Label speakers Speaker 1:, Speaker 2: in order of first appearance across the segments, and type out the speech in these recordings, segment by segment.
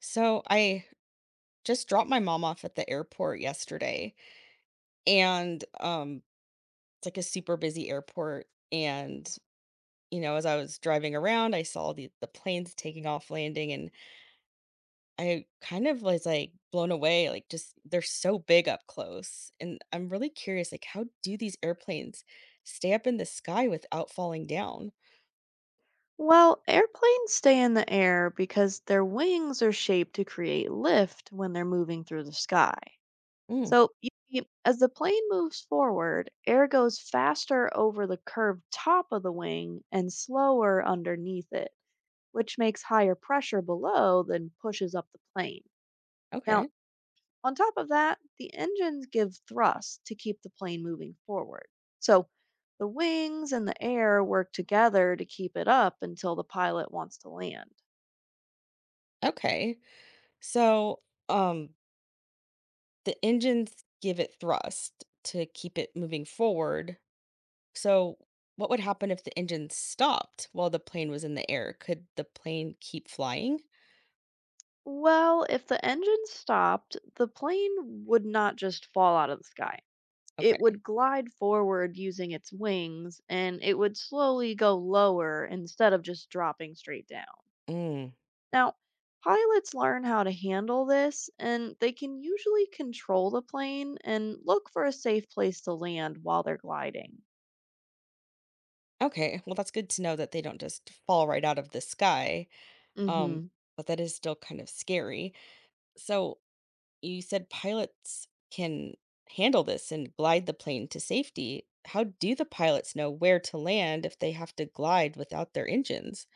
Speaker 1: So I just dropped my mom off at the airport yesterday, and it's like a super busy airport. And you know, as I was driving around, I saw the planes taking off, landing, and I kind of was like blown away, like just they're so big up close. And I'm really curious, like how do these airplanes stay up in the sky without falling down?
Speaker 2: Well, airplanes stay in the air because their wings are shaped to create lift when they're moving through the sky.
Speaker 1: Mm,
Speaker 2: So, you see, as the plane moves forward, air goes faster over the curved top of the wing and slower underneath it, which makes higher pressure below than pushes up the plane. Now,
Speaker 1: okay.
Speaker 2: on top of that, the engines give thrust to keep the plane moving forward. So the wings and the air work together to keep it up until the pilot wants to land.
Speaker 1: Okay. So um the engines give it thrust to keep it moving forward. So, what would happen if the engine stopped while the plane was in the air? Could the plane keep flying?
Speaker 2: Well, if the engine stopped, the plane would not just fall out of the sky. It
Speaker 1: Okay.
Speaker 2: would glide forward using its wings and it would slowly go lower instead of just dropping straight down.
Speaker 1: Mm.
Speaker 2: Now, pilots learn how to handle this, and they can usually control the plane and look for a safe place to land while they're gliding.
Speaker 1: Okay. Well, that's good to know that they don't just fall right out of the sky. Um,
Speaker 2: Hmm.
Speaker 1: but that is still kind of scary. So, you said pilots can handle this and glide the plane to safety. How do the pilots know where to land if they have to glide without their engines?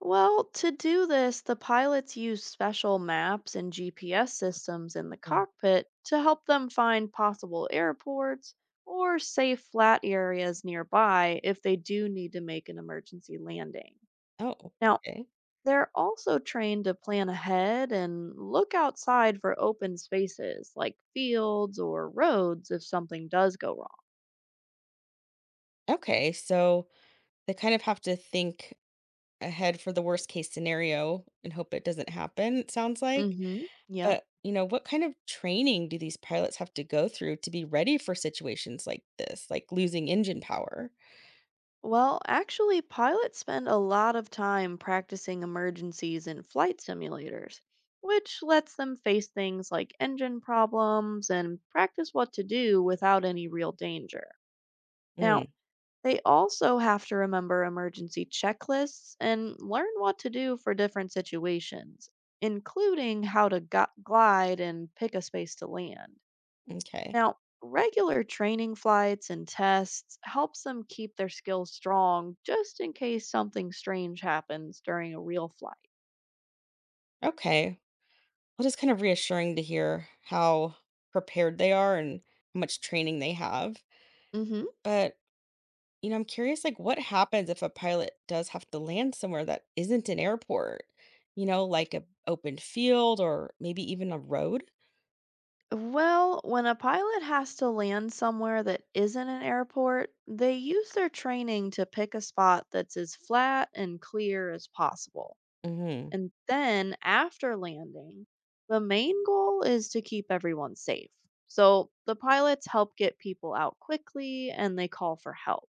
Speaker 2: Well, to do this, the pilots use special maps and GPS systems in the
Speaker 1: Mm.
Speaker 2: cockpit to help them find possible airports or safe flat areas nearby if they do need to make an emergency landing.
Speaker 1: Oh,
Speaker 2: Now,
Speaker 1: okay.
Speaker 2: they're also trained to plan ahead and look outside for open spaces like fields or roads if something does go wrong.
Speaker 1: Okay, so they kind of have to think ahead for the worst case scenario and hope it doesn't happen, it sounds like.
Speaker 2: Mm-hmm. Yep.
Speaker 1: But, you know, what kind of training do these pilots have to go through to be ready for situations like this, like losing engine power?
Speaker 2: Well, actually, pilots spend a lot of time practicing emergencies in flight simulators, which lets them face things like engine problems and practice what to do without any real danger. Now,
Speaker 1: Mm,
Speaker 2: they also have to remember emergency checklists and learn what to do for different situations, including how to glide and pick a space to land.
Speaker 1: okay.
Speaker 2: Now, regular training flights and tests helps them keep their skills strong just in case something strange happens during a real flight.
Speaker 1: Okay. Well, it's kind of reassuring to hear how prepared they are and how much training they have.
Speaker 2: Hmm.
Speaker 1: But, you know, I'm curious like what happens if a pilot does have to land somewhere that isn't an airport? You know, like a open field or maybe even a road?
Speaker 2: Well, when a pilot has to land somewhere that isn't an airport, they use their training to pick a spot that's as flat and clear as possible.
Speaker 1: Mhm.
Speaker 2: And then after landing, the main goal is to keep everyone safe. So the pilots help get people out quickly and they call for help.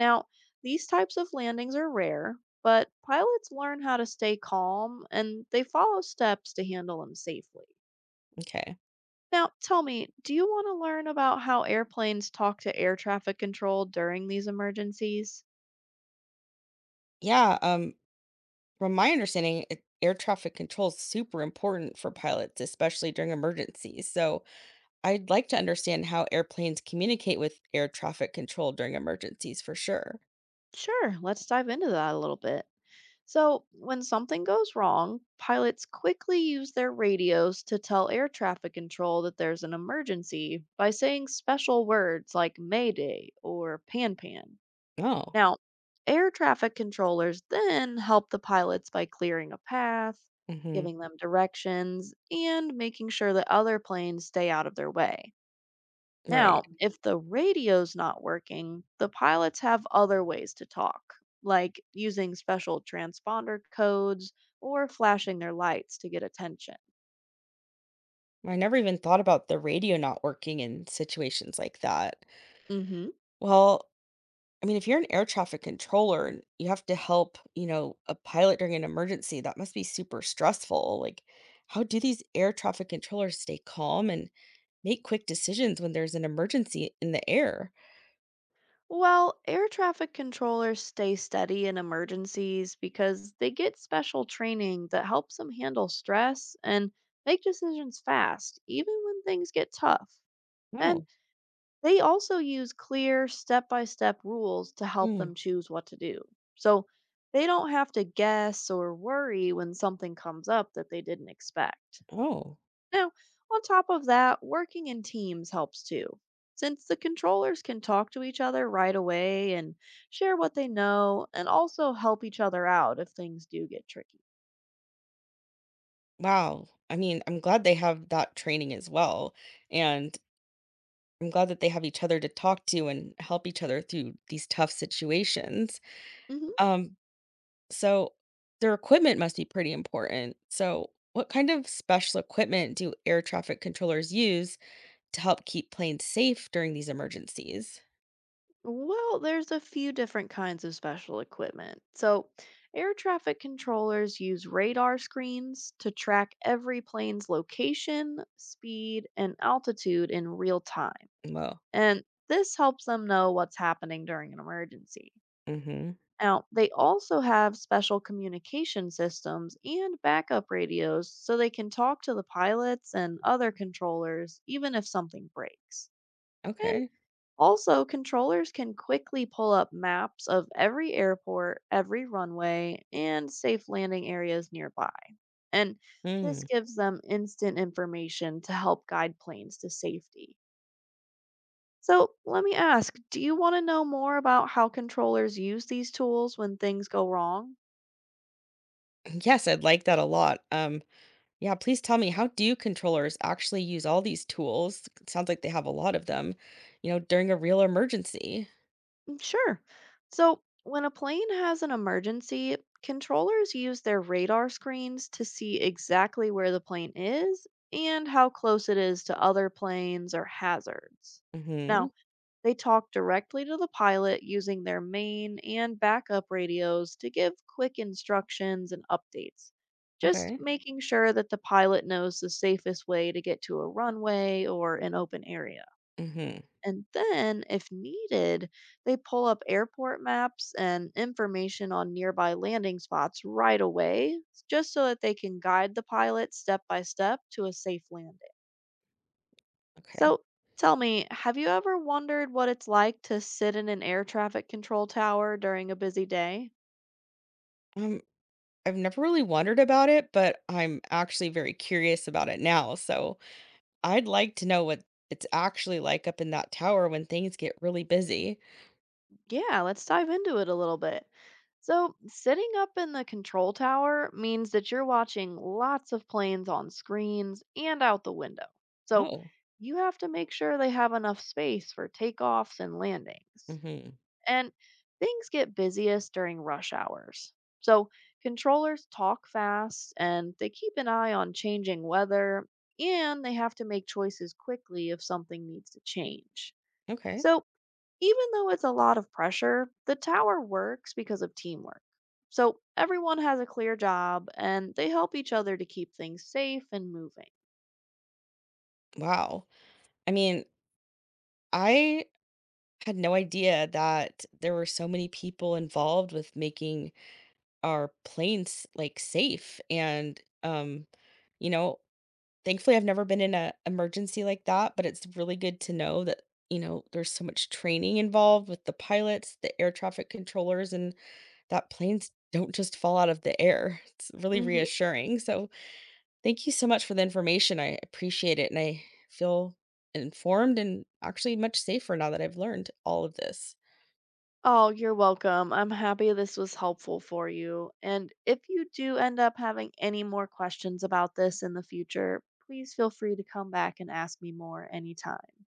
Speaker 2: Now, these types of landings are rare, but pilots learn how to stay calm and they follow steps to handle them safely.
Speaker 1: Okay.
Speaker 2: Now, tell me, do you want to learn about how airplanes talk to air traffic control during these emergencies?
Speaker 1: Yeah, from my understanding, it, air traffic control is super important for pilots, especially during emergencies. So I'd like to understand how airplanes communicate with air traffic control during emergencies for sure.
Speaker 2: Sure, let's dive into that a little bit. So, when something goes wrong, pilots quickly use their radios to tell air traffic control that there's an emergency by saying special words like Mayday or Pan Pan.
Speaker 1: Oh,
Speaker 2: Now, air traffic controllers then help the pilots by clearing a path,
Speaker 1: hmm,
Speaker 2: giving them directions, and making sure that other planes stay out of their way.
Speaker 1: right.
Speaker 2: Now, if the radio's not working, the pilots have other ways to talk, like using special transponder codes or flashing their lights to get attention.
Speaker 1: I never even thought about the radio not working in situations like that.
Speaker 2: Hmm.
Speaker 1: Well, I mean, if you're an air traffic controller and you have to help, you know, a pilot during an emergency, that must be super stressful. Like, how do these air traffic controllers stay calm and make quick decisions when there's an emergency in the air?
Speaker 2: Well, air traffic controllers stay steady in emergencies because they get special training that helps them handle stress and make decisions fast, even when things get tough. And
Speaker 1: Oh,
Speaker 2: they also use clear step by step rules to help
Speaker 1: mm,
Speaker 2: them choose what to do. So they don't have to guess or worry when something comes up that they didn't expect.
Speaker 1: oh,
Speaker 2: Now, on top of that, working in teams helps too. Since the controllers can talk to each other right away and share what they know, and also help each other out if things do get tricky.
Speaker 1: wow. I mean, I'm glad they have that training as well. And I'm glad that they have each other to talk to and help each other through these tough situations.
Speaker 2: Mhm.
Speaker 1: Um, So their equipment must be pretty important. So, what kind of special equipment do air traffic controllers use to help keep planes safe during these emergencies?
Speaker 2: Well, there's a few different kinds of special equipment. So, air traffic controllers use radar screens to track every plane's location, speed, and altitude in real time.
Speaker 1: Well,
Speaker 2: And this helps them know what's happening during an emergency.
Speaker 1: mm-hmm.
Speaker 2: Now, they also have special communication systems and backup radios so they can talk to the pilots and other controllers even if something breaks. And
Speaker 1: Okay.
Speaker 2: also, controllers can quickly pull up maps of every airport, every runway, and safe landing areas nearby. And this
Speaker 1: Mm.
Speaker 2: gives them instant information to help guide planes to safety. So, let me ask, do you want to know more about how controllers use these tools when things go wrong?
Speaker 1: Yes, I'd like that a lot. Yeah, please tell me, how do controllers actually use all these tools? It sounds like they have a lot of them, you know, during a real emergency.
Speaker 2: Mm, sure. So, when a plane has an emergency, controllers use their radar screens to see exactly where the plane is and how close it is to other planes or hazards.
Speaker 1: Mm-hmm.
Speaker 2: Now, they talk directly to the pilot using their main and backup radios to give quick instructions and updates, just
Speaker 1: Okay.
Speaker 2: making sure that the pilot knows the safest way to get to a runway or an open area.
Speaker 1: Mm-hmm.
Speaker 2: And then, if needed, they pull up airport maps and information on nearby landing spots right away, just so that they can guide the pilot step by step to a safe landing.
Speaker 1: Okay.
Speaker 2: So, tell me, have you ever wondered what it's like to sit in an air traffic control tower during a busy day?
Speaker 1: Um, I've never really wondered about it, but I'm actually very curious about it now. So I'd like to know what it's actually like up in that tower when things get really busy.
Speaker 2: Yeah, let's dive into it a little bit. So, sitting up in the control tower means that you're watching lots of planes on screens and out the window. So,
Speaker 1: Oh,
Speaker 2: you have to make sure they have enough space for takeoffs and landings.
Speaker 1: hmm,
Speaker 2: And things get busiest during rush hours. So, controllers talk fast and they keep an eye on changing weather, and they have to make choices quickly if something needs to change.
Speaker 1: okay.
Speaker 2: So, even though it's a lot of pressure, the tower works because of teamwork. So everyone has a clear job and they help each other to keep things safe and moving.
Speaker 1: Wow. I mean, I had no idea that there were so many people involved with making our planes like safe and, you know, thankfully, I've never been in an emergency like that, but it's really good to know that, you know, there's so much training involved with the pilots, the air traffic controllers, and that planes don't just fall out of the air. It's really
Speaker 2: Hmm.
Speaker 1: reassuring. So thank you so much for the information. I appreciate it. And I feel informed and actually much safer now that I've learned all of this.
Speaker 2: Oh, you're welcome. I'm happy this was helpful for you. And if you do end up having any more questions about this in the future, please feel free to come back and ask me more anytime.